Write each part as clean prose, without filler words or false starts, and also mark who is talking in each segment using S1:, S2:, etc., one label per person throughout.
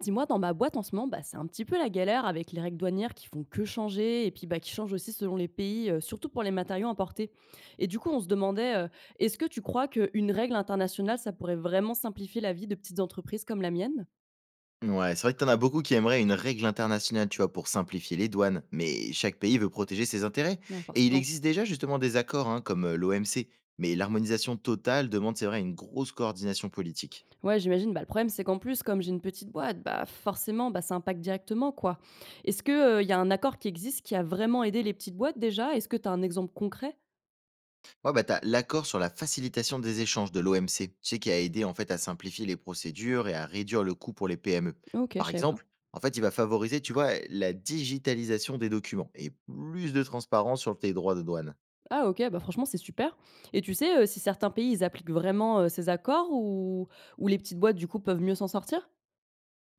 S1: Dis-moi, dans ma boîte en ce moment, bah, c'est un petit peu la galère avec les règles douanières qui font que changer et puis bah, qui changent aussi selon les pays, surtout pour les matériaux importés. Et du coup, on se demandait, est-ce que tu crois qu'une règle internationale, ça pourrait vraiment simplifier la vie de petites entreprises comme la mienne?
S2: Ouais, c'est vrai que t'en as beaucoup qui aimeraient une règle internationale, tu vois, pour simplifier les douanes, mais chaque pays veut protéger ses intérêts.
S1: Ouais,
S2: Et il
S1: forcément.
S2: existe déjà justement des accords, hein, comme l'OMC, mais l'harmonisation totale demande, c'est vrai, une grosse coordination politique.
S1: Ouais, j'imagine. Bah, le problème, c'est qu'en plus, comme j'ai une petite boîte, bah, forcément, bah, ça impacte directement, quoi. Est-ce qu'il y a un accord qui existe qui a vraiment aidé les petites boîtes déjà? Est-ce que tu as un exemple concret?
S2: Ouais, bah t'as l'accord sur la facilitation des échanges de l'OMC, tu sais, qui a aidé en fait à simplifier les procédures et à réduire le coût pour les PME.
S1: Ok, je
S2: Par
S1: savais pas.
S2: exemple, en fait, il va favoriser, tu vois, la digitalisation des documents et plus de transparence sur tes droits de douane.
S1: Ah OK, bah, franchement, c'est super, et tu sais, si certains pays, ils appliquent vraiment, ces accords ou les petites boîtes, du coup, peuvent mieux s'en sortir?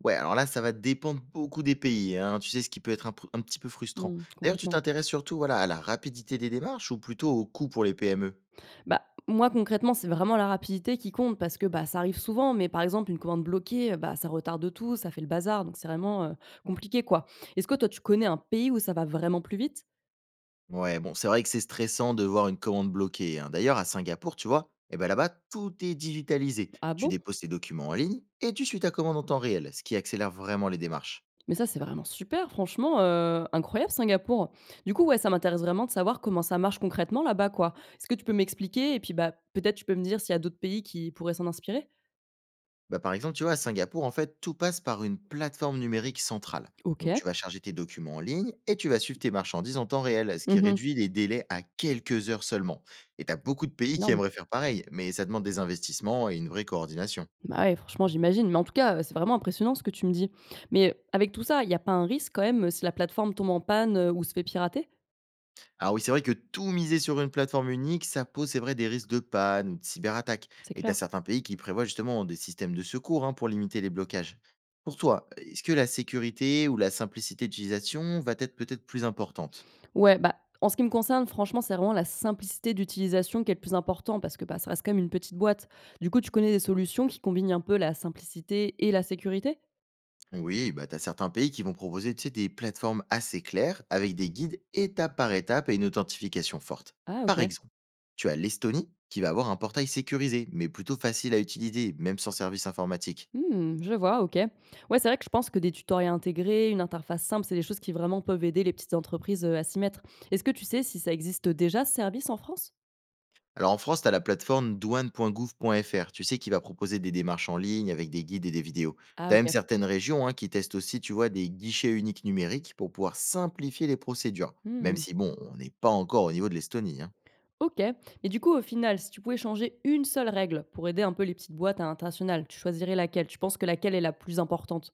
S2: Ouais, alors là, ça va dépendre beaucoup des pays, hein, tu sais, ce qui peut être un, un petit peu frustrant.
S1: Mmh,
S2: D'ailleurs, tu
S1: complètement.
S2: t'intéresses surtout voilà, à la rapidité des démarches ou plutôt au coût pour les PME?
S1: Bah, moi, concrètement, c'est vraiment la rapidité qui compte parce que, bah, ça arrive souvent, mais par exemple, une commande bloquée, bah, ça retarde tout, ça fait le bazar, donc c'est vraiment, compliqué, quoi. Est-ce que toi, tu connais un pays où ça va vraiment plus vite?
S2: Ouais, bon, c'est vrai que c'est stressant de voir une commande bloquée, hein. D'ailleurs, à Singapour, tu vois, eh ben là-bas, tout est digitalisé.
S1: Ah
S2: Tu
S1: bon?
S2: déposes tes documents en ligne et tu suis ta commande en temps réel, ce qui accélère vraiment les démarches.
S1: Mais ça, c'est vraiment super, franchement, incroyable Singapour. Du coup, ouais, ça m'intéresse vraiment de savoir comment ça marche concrètement là-bas, quoi. Est-ce que tu peux m'expliquer et puis, bah, peut-être tu peux me dire s'il y a d'autres pays qui pourraient s'en inspirer?
S2: Bah, par exemple, tu vois, à Singapour, en fait, tout passe par une plateforme numérique centrale. Donc,
S1: OK.
S2: tu vas charger tes documents en ligne et tu vas suivre tes marchandises en temps réel, ce qui
S1: Mmh.
S2: réduit les délais à quelques heures seulement. Et tu as beaucoup de pays qui
S1: Énorme.
S2: aimeraient faire pareil, mais ça demande des investissements et une vraie coordination.
S1: Bah, ouais, franchement, j'imagine. Mais en tout cas, c'est vraiment impressionnant ce que tu me dis. Mais avec tout ça, il y a pas un risque quand même, si la plateforme tombe en panne, ou se fait pirater?
S2: Alors oui, c'est vrai que tout miser sur une plateforme unique, ça pose, c'est vrai, des risques de panne ou de cyberattaque.
S1: C'est
S2: Et tu as
S1: clair.
S2: certains pays qui prévoient justement des systèmes de secours, hein, pour limiter les blocages. Pour toi, est-ce que la sécurité ou la simplicité d'utilisation va être peut-être plus importante?
S1: Ouais, bah, en ce qui me concerne, franchement, c'est vraiment la simplicité d'utilisation qui est le plus important parce que, bah, ça reste quand même une petite boîte. Du coup, tu connais des solutions qui combinent un peu la simplicité et la sécurité?
S2: Oui, bah, tu as certains pays qui vont proposer, tu sais, des plateformes assez claires avec des guides étape par étape et une authentification forte.
S1: Ah
S2: Par
S1: OK.
S2: exemple, tu as l'Estonie qui va avoir un portail sécurisé, mais plutôt facile à utiliser, même sans service informatique.
S1: Mmh, je vois, OK. Ouais, c'est vrai que je pense que des tutoriels intégrés, une interface simple, c'est des choses qui vraiment peuvent aider les petites entreprises, à s'y mettre. Est-ce que tu sais si ça existe déjà ce service en France?
S2: Alors en France, tu as la plateforme douane.gouv.fr, tu sais, qui va proposer des démarches en ligne avec des guides et des vidéos.
S1: Ah
S2: Tu as même
S1: OK.
S2: certaines régions, hein, qui testent aussi, tu vois, des guichets uniques numériques pour pouvoir simplifier les procédures, même
S1: Mmh,
S2: si, bon, on n'est pas encore au niveau de l'Estonie, hein.
S1: OK. Et du coup, au final, si tu pouvais changer une seule règle pour aider un peu les petites boîtes à l'international, tu choisirais laquelle? Tu penses que laquelle est la plus importante?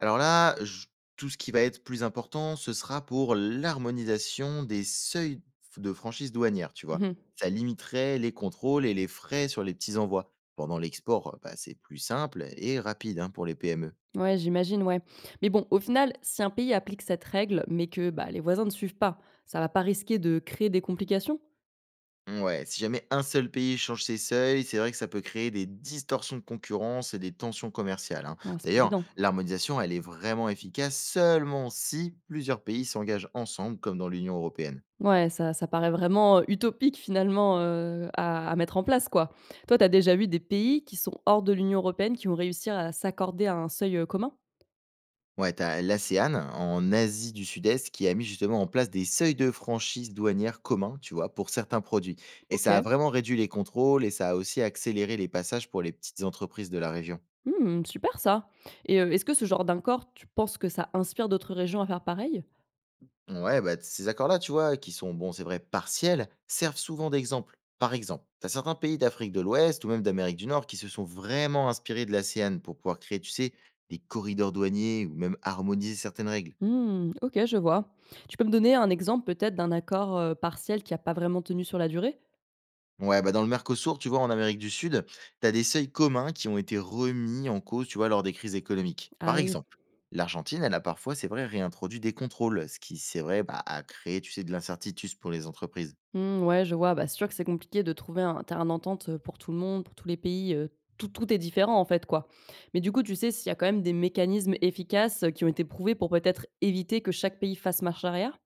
S2: Alors là, j tout ce qui va être plus important, ce sera pour l'harmonisation des seuils f de franchise douanière, tu vois?
S1: Mmh.
S2: Ça limiterait les contrôles et les frais sur les petits envois. Pendant l'export, bah, c'est plus simple et rapide, hein, pour les PME.
S1: Ouais, j'imagine, ouais. Mais bon, au final, si un pays applique cette règle, mais que bah, les voisins ne suivent pas, ça va pas risquer de créer des complications?
S2: Ouais, si jamais un seul pays change ses seuils, c'est vrai que ça peut créer des distorsions de concurrence et des tensions commerciales, hein.
S1: Oh, c'est pas
S2: D'ailleurs,
S1: évident.
S2: l'harmonisation, elle est vraiment efficace seulement si plusieurs pays s'engagent ensemble comme dans l'Union européenne.
S1: Ouais, ça ça paraît vraiment, utopique finalement, à mettre en place, quoi. Toi, tu as déjà vu des pays qui sont hors de l'Union européenne qui ont réussi à s'accorder à un seuil, commun?
S2: Ouais, t'as l'ASEAN en Asie du Sud-Est qui a mis justement en place des seuils de franchise douanière communs, tu vois, pour certains produits. Et ça a
S1: OK.
S2: vraiment réduit les contrôles et ça a aussi accéléré les passages pour les petites entreprises de la région.
S1: Mmh, super ça. Et est-ce que ce genre d'accord, tu penses que ça inspire d'autres régions à faire pareil?
S2: Ouais, bah, ces accords-là, tu vois, qui sont, bon, c'est vrai, partiels, servent souvent d'exemple. Par exemple, t'as certains pays d'Afrique de l'Ouest ou même d'Amérique du Nord qui se sont vraiment inspirés de l'ASEAN pour pouvoir créer, tu sais, des corridors douaniers ou même harmoniser certaines règles.
S1: Mmh, OK, je vois. Tu peux me donner un exemple peut-être d'un accord, partiel qui a pas vraiment tenu sur la durée?
S2: Ouais, bah dans le Mercosur, tu vois, en Amérique du Sud, tu as des seuils communs qui ont été remis en cause, tu vois, lors des crises économiques.
S1: Ah
S2: Par
S1: oui.
S2: exemple, l'Argentine, elle a parfois, c'est vrai, réintroduit des contrôles, ce qui, c'est vrai, bah, a créé, tu sais, de l'incertitude pour les entreprises.
S1: Mmh, ouais, je vois. Bah, c'est sûr que c'est compliqué de trouver un terrain d'entente, pour tout le monde, pour tous les pays, tout tout est différent en fait, quoi. Mais du coup, tu sais s'il y a quand même des mécanismes efficaces, qui ont été prouvés pour peut-être éviter que chaque pays fasse marche arrière?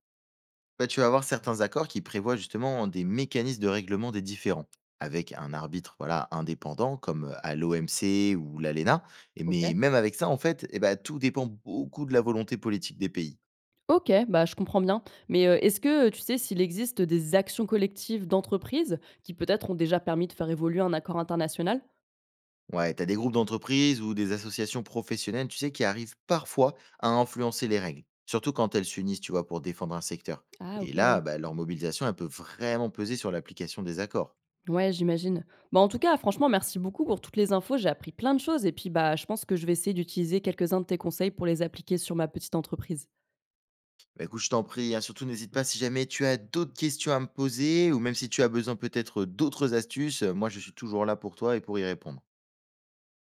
S2: Bah, tu vas avoir certains accords qui prévoient justement des mécanismes de règlement des différends, avec un arbitre, voilà, indépendant, comme à l'OMC ou l'ALENA. Et
S1: OK.
S2: Mais même avec ça, en fait, eh bah, tout dépend beaucoup de la volonté politique des pays.
S1: OK, bah, je comprends bien. Mais, est-ce que, tu sais s'il existe des actions collectives d'entreprises qui peut-être ont déjà permis de faire évoluer un accord international?
S2: Ouais, t'as des groupes d'entreprises ou des associations professionnelles, tu sais, qui arrivent parfois à influencer les règles, surtout quand elles s'unissent, tu vois, pour défendre un secteur.
S1: Ah
S2: Et
S1: OK,
S2: là,
S1: ouais.
S2: bah, leur mobilisation, elle peut vraiment peser sur l'application des accords.
S1: Ouais, j'imagine. Bah, en tout cas, franchement, merci beaucoup pour toutes les infos. J'ai appris plein de choses et puis bah, je pense que je vais essayer d'utiliser quelques-uns de tes conseils pour les appliquer sur ma petite entreprise.
S2: Bah, écoute, je t'en prie, hein, surtout n'hésite pas si jamais tu as d'autres questions à me poser ou même si tu as besoin peut-être d'autres astuces, moi je suis toujours là pour toi et pour y répondre.